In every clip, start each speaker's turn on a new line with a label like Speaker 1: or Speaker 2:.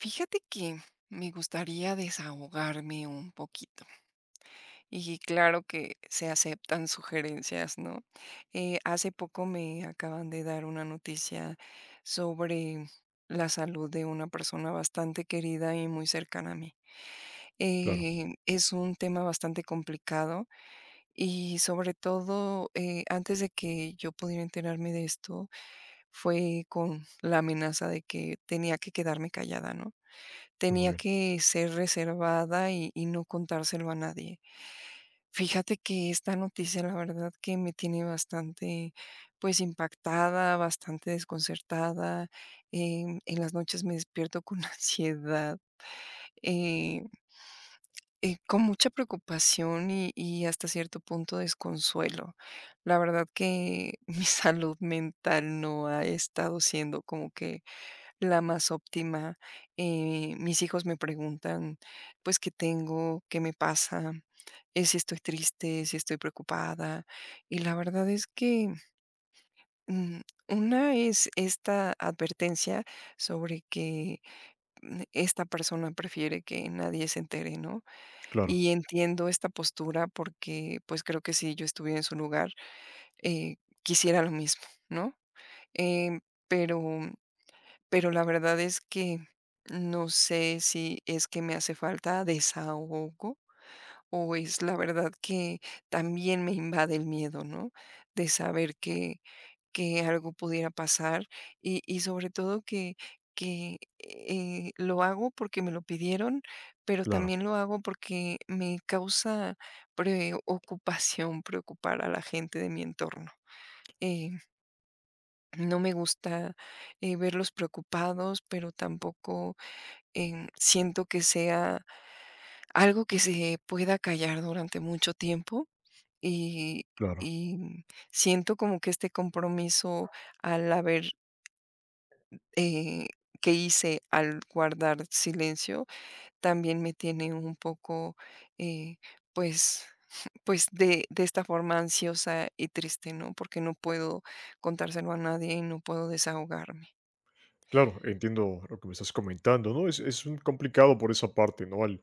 Speaker 1: Fíjate que me gustaría desahogarme un poquito. Y claro que se aceptan sugerencias, ¿no? Hace poco me acaban de dar una noticia sobre la salud de una persona bastante querida y muy cercana a mí.
Speaker 2: Claro,
Speaker 1: Es un tema bastante complicado y sobre todo antes de que yo pudiera enterarme de esto, fue con la amenaza de que tenía que quedarme callada, ¿no?
Speaker 2: muy
Speaker 1: Tenía
Speaker 2: bien.
Speaker 1: que ser reservada y no contárselo a nadie. Fíjate que esta noticia, la verdad que me tiene bastante, pues, impactada, bastante desconcertada. En las noches me despierto con ansiedad, eh, con mucha preocupación y hasta cierto punto desconsuelo. La verdad que mi salud mental no ha estado siendo como que la más óptima, mis hijos me preguntan, pues, ¿qué tengo? ¿Qué me pasa? Si estoy triste, si estoy preocupada. Y la verdad es que, mm, una es esta advertencia sobre que, esta persona prefiere que nadie se entere, ¿no?
Speaker 2: Claro,
Speaker 1: Y entiendo esta postura porque, pues, creo que si yo estuviera en su lugar, eh, quisiera lo mismo, ¿no? Em, pero pero la verdad es que no sé si es que me hace falta desahogo o es la verdad que también me invade el miedo, ¿no? De saber que algo pudiera pasar y sobre todo que lo hago porque me lo pidieron, pero
Speaker 2: claro,
Speaker 1: también lo hago porque me causa preocupación preocupar a la gente de mi entorno. Eh, no me gusta verlos preocupados, pero tampoco siento que sea algo que se pueda callar durante mucho tiempo y,
Speaker 2: claro,
Speaker 1: y siento como que este compromiso al haber eh, que hice al guardar silencio también me tiene un poco eh, pues pues de esta forma ansiosa y triste, ¿no? Porque no puedo contárselo a nadie y no puedo desahogarme.
Speaker 2: claro. Entiendo lo que me estás comentando, ¿no? Es un complicado por esa parte, ¿no? Al,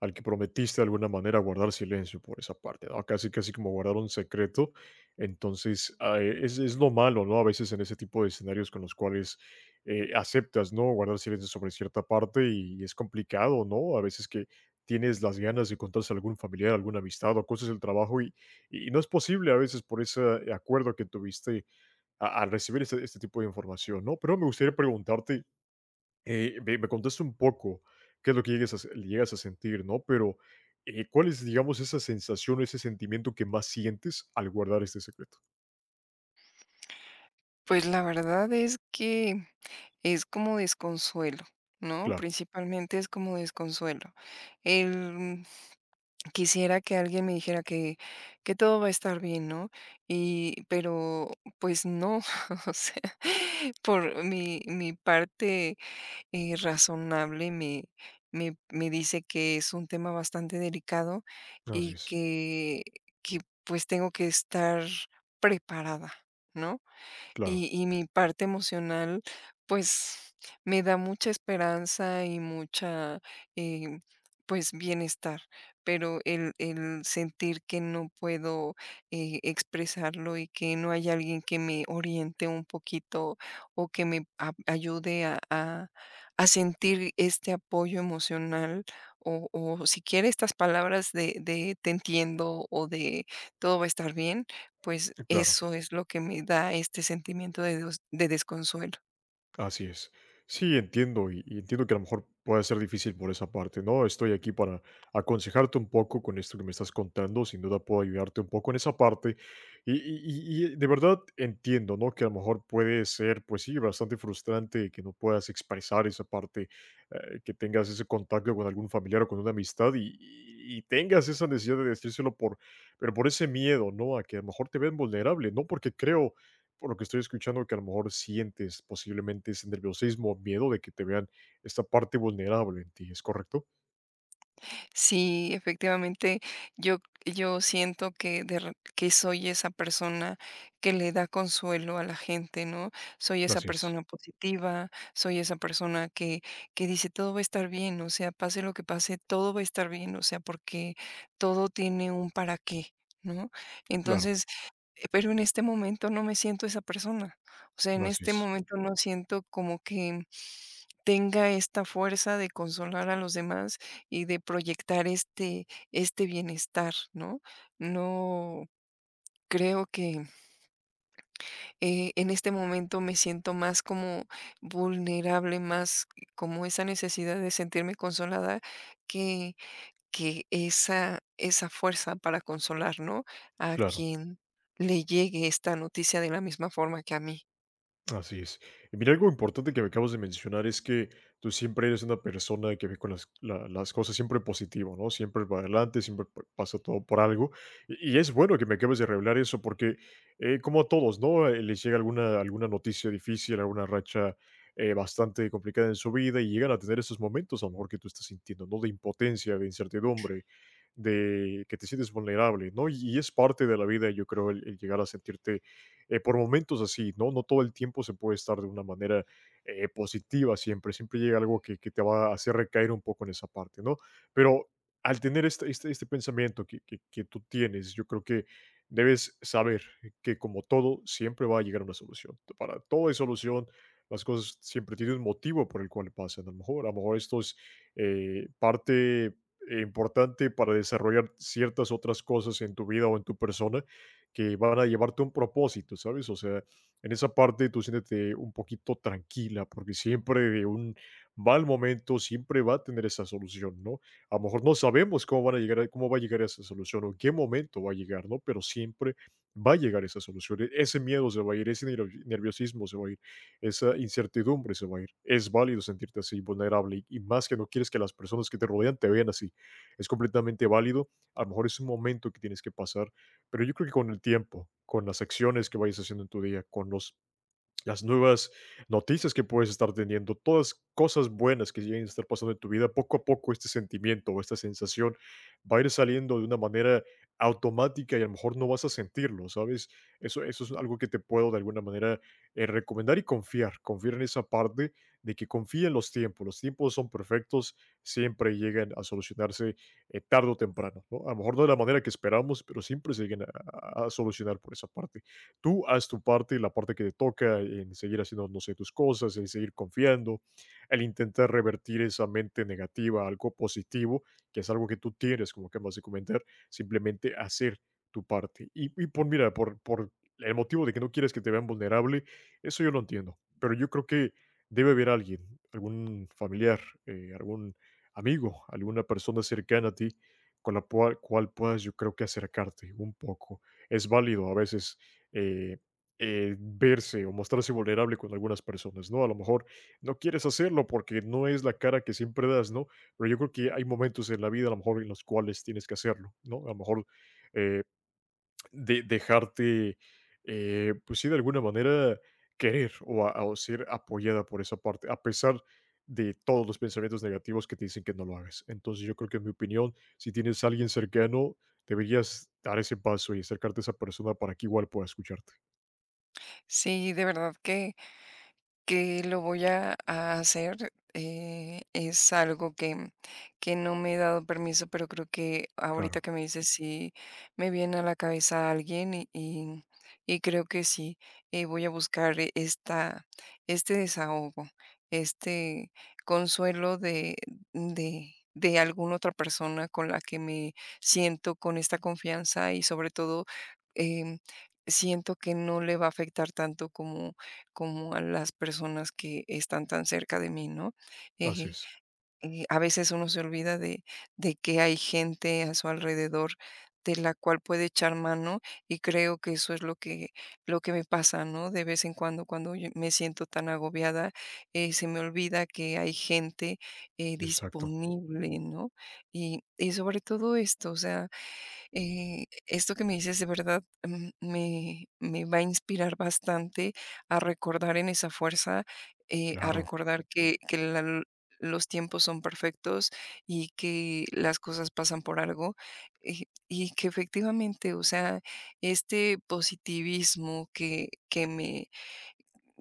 Speaker 2: al que prometiste de alguna manera guardar silencio por esa parte, ¿no? Casi como guardar un secreto. Entonces, es lo malo, ¿no? A veces en ese tipo de escenarios con los cuales aceptas, ¿no? Guardar silencio sobre cierta parte y, es complicado, ¿no? A veces que tienes las ganas de contarse a algún familiar, alguna amistad o cosas del trabajo y no es posible a veces por ese acuerdo que tuviste al recibir este tipo de información, ¿no? Pero me gustaría preguntarte, me contaste un poco qué es lo que llegas a, llegas a sentir, ¿no? Pero, ¿cuál es, digamos, esa sensación, ese sentimiento que más sientes al guardar este secreto?
Speaker 1: Pues la verdad es que es como desconsuelo, ¿no?
Speaker 2: Claro,
Speaker 1: Principalmente es como desconsuelo. El mm, quisiera que alguien me dijera que todo va a estar bien, ¿no? Y pero, pues no, o sea, por mi parte, razonable me dice que es un tema bastante delicado
Speaker 2: así
Speaker 1: y
Speaker 2: es,
Speaker 1: que, pues, tengo que estar preparada, ¿no?
Speaker 2: claro,
Speaker 1: Y y mi parte emocional, pues, me da mucha esperanza y mucha, em, pues, bienestar. Pero el sentir que no puedo, expresarlo y que no hay alguien que me oriente un poquito o que me a ayude a sentir este apoyo emocional o siquiera estas palabras de: "Te entiendo" o de: "Todo va a estar bien" pues
Speaker 2: claro.
Speaker 1: eso es lo que me da este sentimiento de dos de desconsuelo.
Speaker 2: Así es. Sí, entiendo, y entiendo que a lo mejor pueda ser difícil por esa parte, ¿no? Estoy aquí para aconsejarte un poco con esto que me estás contando, sin duda puedo ayudarte un poco en esa parte. Y de verdad entiendo, ¿no? Que a lo mejor puede ser, pues sí, bastante frustrante que no puedas expresar esa parte, que tengas ese contacto con algún familiar o con una amistad y tengas esa necesidad de decírselo por pero por ese miedo, ¿no? A que a lo mejor te ven vulnerable, no porque creo por lo que estoy escuchando, que a lo mejor sientes posiblemente ese nerviosismo o miedo de que te vean esta parte vulnerable en ti, ¿es correcto?
Speaker 1: Sí, efectivamente, yo, yo siento que, que soy esa persona que le da consuelo a la gente, ¿no? Soy esa
Speaker 2: Así es,
Speaker 1: persona positiva, soy esa persona que dice todo va a estar bien, o sea, pase lo que pase, todo va a estar bien, o sea, porque todo tiene un para qué. ¿No?
Speaker 2: claro,
Speaker 1: Entonces, pero en este momento no me siento esa persona. O sea, en
Speaker 2: así
Speaker 1: este
Speaker 2: es,
Speaker 1: momento no siento como que tenga esta fuerza de consolar a los demás y de proyectar este, este bienestar, ¿no? No creo que en este momento me siento más como vulnerable, más como esa necesidad de sentirme consolada que, que esa fuerza para consolar, ¿no? A
Speaker 2: claro.
Speaker 1: quien le llegue esta noticia de la misma forma que a mí.
Speaker 2: Así es. Y mira, algo importante que me acabas de mencionar es que tú siempre eres una persona que ve con las, las cosas siempre positivo, ¿no? Siempre para adelante, siempre pasa todo por algo. Y es bueno que me acabes de revelar eso porque, como a todos, ¿no? Les llega alguna noticia difícil, alguna racha bastante complicada en su vida y llegan a tener esos momentos, a lo mejor que tú estás sintiendo, ¿no? De impotencia, de incertidumbre, de que te sientes vulnerable, ¿no? Y es parte de la vida, yo creo, el llegar a sentirte por momentos así, ¿no? No todo el tiempo se puede estar de una manera positiva siempre, siempre llega algo que te va a hacer recaer un poco en esa parte, ¿no? Pero al tener este pensamiento que tú tienes, yo creo que debes saber que como todo, siempre va a llegar una solución. Para todo hay solución, las cosas siempre tienen un motivo por el cual pasan. A lo mejor esto es parte importante para desarrollar ciertas otras cosas en tu vida o en tu persona que van a llevarte a un propósito, ¿sabes? O sea, en esa parte tú siéntete un poquito tranquila, porque siempre de un mal momento siempre va a tener esa solución, ¿no? A lo mejor no sabemos cómo van a llegar, cómo va a llegar esa solución o en qué momento va a llegar, ¿no? Pero siempre va a llegar esa solución. Ese miedo se va a ir, ese nerviosismo se va a ir, esa incertidumbre se va a ir. Es válido sentirte así, vulnerable, y más que no quieres que las personas que te rodean te vean así. Es completamente válido. A lo mejor es un momento que tienes que pasar pero yo creo que con el tiempo, con las acciones que vayas haciendo en tu día, con los las nuevas noticias que puedes estar teniendo, todas cosas buenas que lleguen a estar pasando en tu vida, poco a poco este sentimiento o esta sensación va a ir saliendo de una manera automática y a lo mejor no vas a sentirlo, ¿sabes? Eso es algo que te puedo de alguna manera recomendar y confiar, confiar en esa parte de que confía en los tiempos son perfectos, siempre llegan a solucionarse tarde o temprano, ¿no? A lo mejor no de la manera que esperamos, pero siempre se llegan a a solucionar por esa parte tú haz tu parte, la parte que te toca en seguir haciendo, no sé, tus cosas, en seguir confiando, el intentar revertir esa mente negativa a algo positivo, que es algo que tú tienes, como acabas de comentar, simplemente hacer tu parte. Y, por, mira, por el motivo de que no quieres que te vean vulnerable, eso yo lo entiendo, pero yo creo que debe haber alguien, algún familiar, algún amigo, alguna persona cercana a ti con la cual, cual puedas yo creo que acercarte un poco. Es válido a veces eh, verse o mostrarse vulnerable con algunas personas, ¿no? A lo mejor no quieres hacerlo porque no es la cara que siempre das, ¿no? Pero yo creo que hay momentos en la vida a lo mejor en los cuales tienes que hacerlo, ¿no? A lo mejor eh, dejarte, pues sí, de alguna manera querer o ser apoyada por esa parte, a pesar de todos los pensamientos negativos que te dicen que no lo hagas. Entonces yo creo que en mi opinión, si tienes a alguien cercano, deberías dar ese paso y acercarte a esa persona para que igual pueda escucharte.
Speaker 1: Sí, de verdad que lo voy a hacer, es algo que no me he dado permiso, pero creo que ahorita
Speaker 2: Claro,
Speaker 1: que me dices sí me viene a la cabeza alguien y creo que sí, voy a buscar esta este desahogo, este consuelo de de alguna otra persona con la que me siento con esta confianza y sobre todo, em, siento que no le va a afectar tanto como como a las personas que están tan cerca de mí, ¿no?
Speaker 2: así
Speaker 1: Eh,
Speaker 2: es,
Speaker 1: a veces uno se olvida de que hay gente a su alrededor de la cual puede echar mano y creo que eso es lo que me pasa, ¿no? De vez en cuando, cuando yo me siento tan agobiada, se me olvida que hay gente
Speaker 2: exacto,
Speaker 1: disponible, ¿no? Y sobre todo esto, o sea, esto que me dices de verdad, me, me va a inspirar bastante a recordar en esa fuerza, a
Speaker 2: claro,
Speaker 1: recordar que los tiempos son perfectos y que las cosas pasan por algo, y que efectivamente, o sea, este positivismo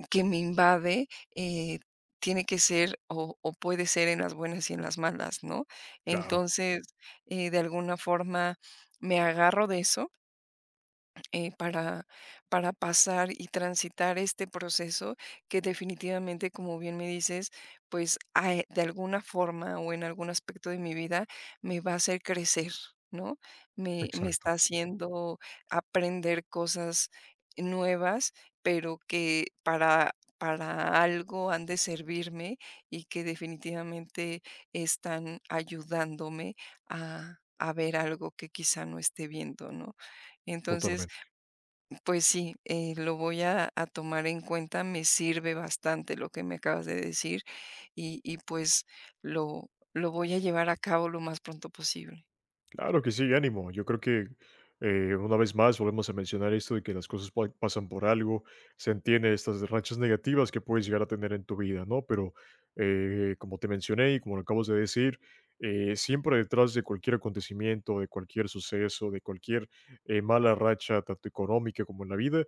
Speaker 1: que me invade, eh, tiene que ser o puede ser en las buenas y en las malas, ¿no?
Speaker 2: claro,
Speaker 1: Entonces, de alguna forma me agarro de eso, eh, para, para pasar y transitar este proceso que definitivamente, como bien me dices, pues de alguna forma o en algún aspecto de mi vida me va a hacer crecer, ¿no? Me está
Speaker 2: exacto,
Speaker 1: haciendo aprender cosas nuevas, pero que para algo han de servirme y que definitivamente están ayudándome a ver algo que quizá no esté viendo, ¿no? Entonces,
Speaker 2: totalmente.
Speaker 1: pues sí, lo voy a tomar en cuenta, me sirve bastante lo que me acabas de decir y pues lo voy a llevar a cabo lo más pronto posible.
Speaker 2: Claro que sí, ánimo. Yo creo que una vez más volvemos a mencionar esto de que las cosas pasan por algo, se entiende estas rachas negativas que puedes llegar a tener en tu vida, ¿no? Pero como te mencioné y como lo acabas de decir, siempre detrás de cualquier acontecimiento, de cualquier suceso, de cualquier mala racha, tanto económica como en la vida,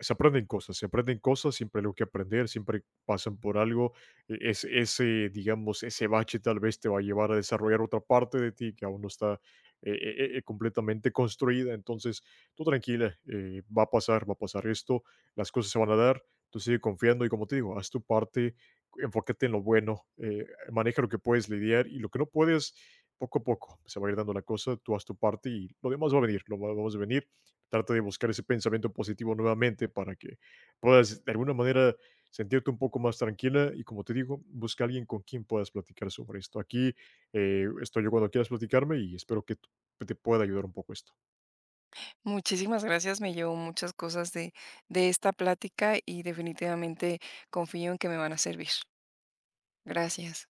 Speaker 2: se aprenden cosas, siempre hay algo que aprender, siempre pasan por algo. Es, ese, digamos, ese bache tal vez te va a llevar a desarrollar otra parte de ti que aún no está completamente construida. Entonces, tú tranquila, va a pasar esto, las cosas se van a dar, tú sigue confiando y como te digo, haz tu parte, enfócate en lo bueno, maneja lo que puedes lidiar y lo que no puedes, poco a poco se va a ir dando la cosa, tú haz tu parte y lo demás va a venir, lo demás va a venir. Trata de buscar ese pensamiento positivo nuevamente para que puedas de alguna manera sentirte un poco más tranquila y como te digo, busca a alguien con quien puedas platicar sobre esto. Aquí estoy yo cuando quieras platicarme y espero que te pueda ayudar un poco esto.
Speaker 1: Muchísimas gracias, me llevo muchas cosas de esta plática y definitivamente confío en que me van a servir. Gracias.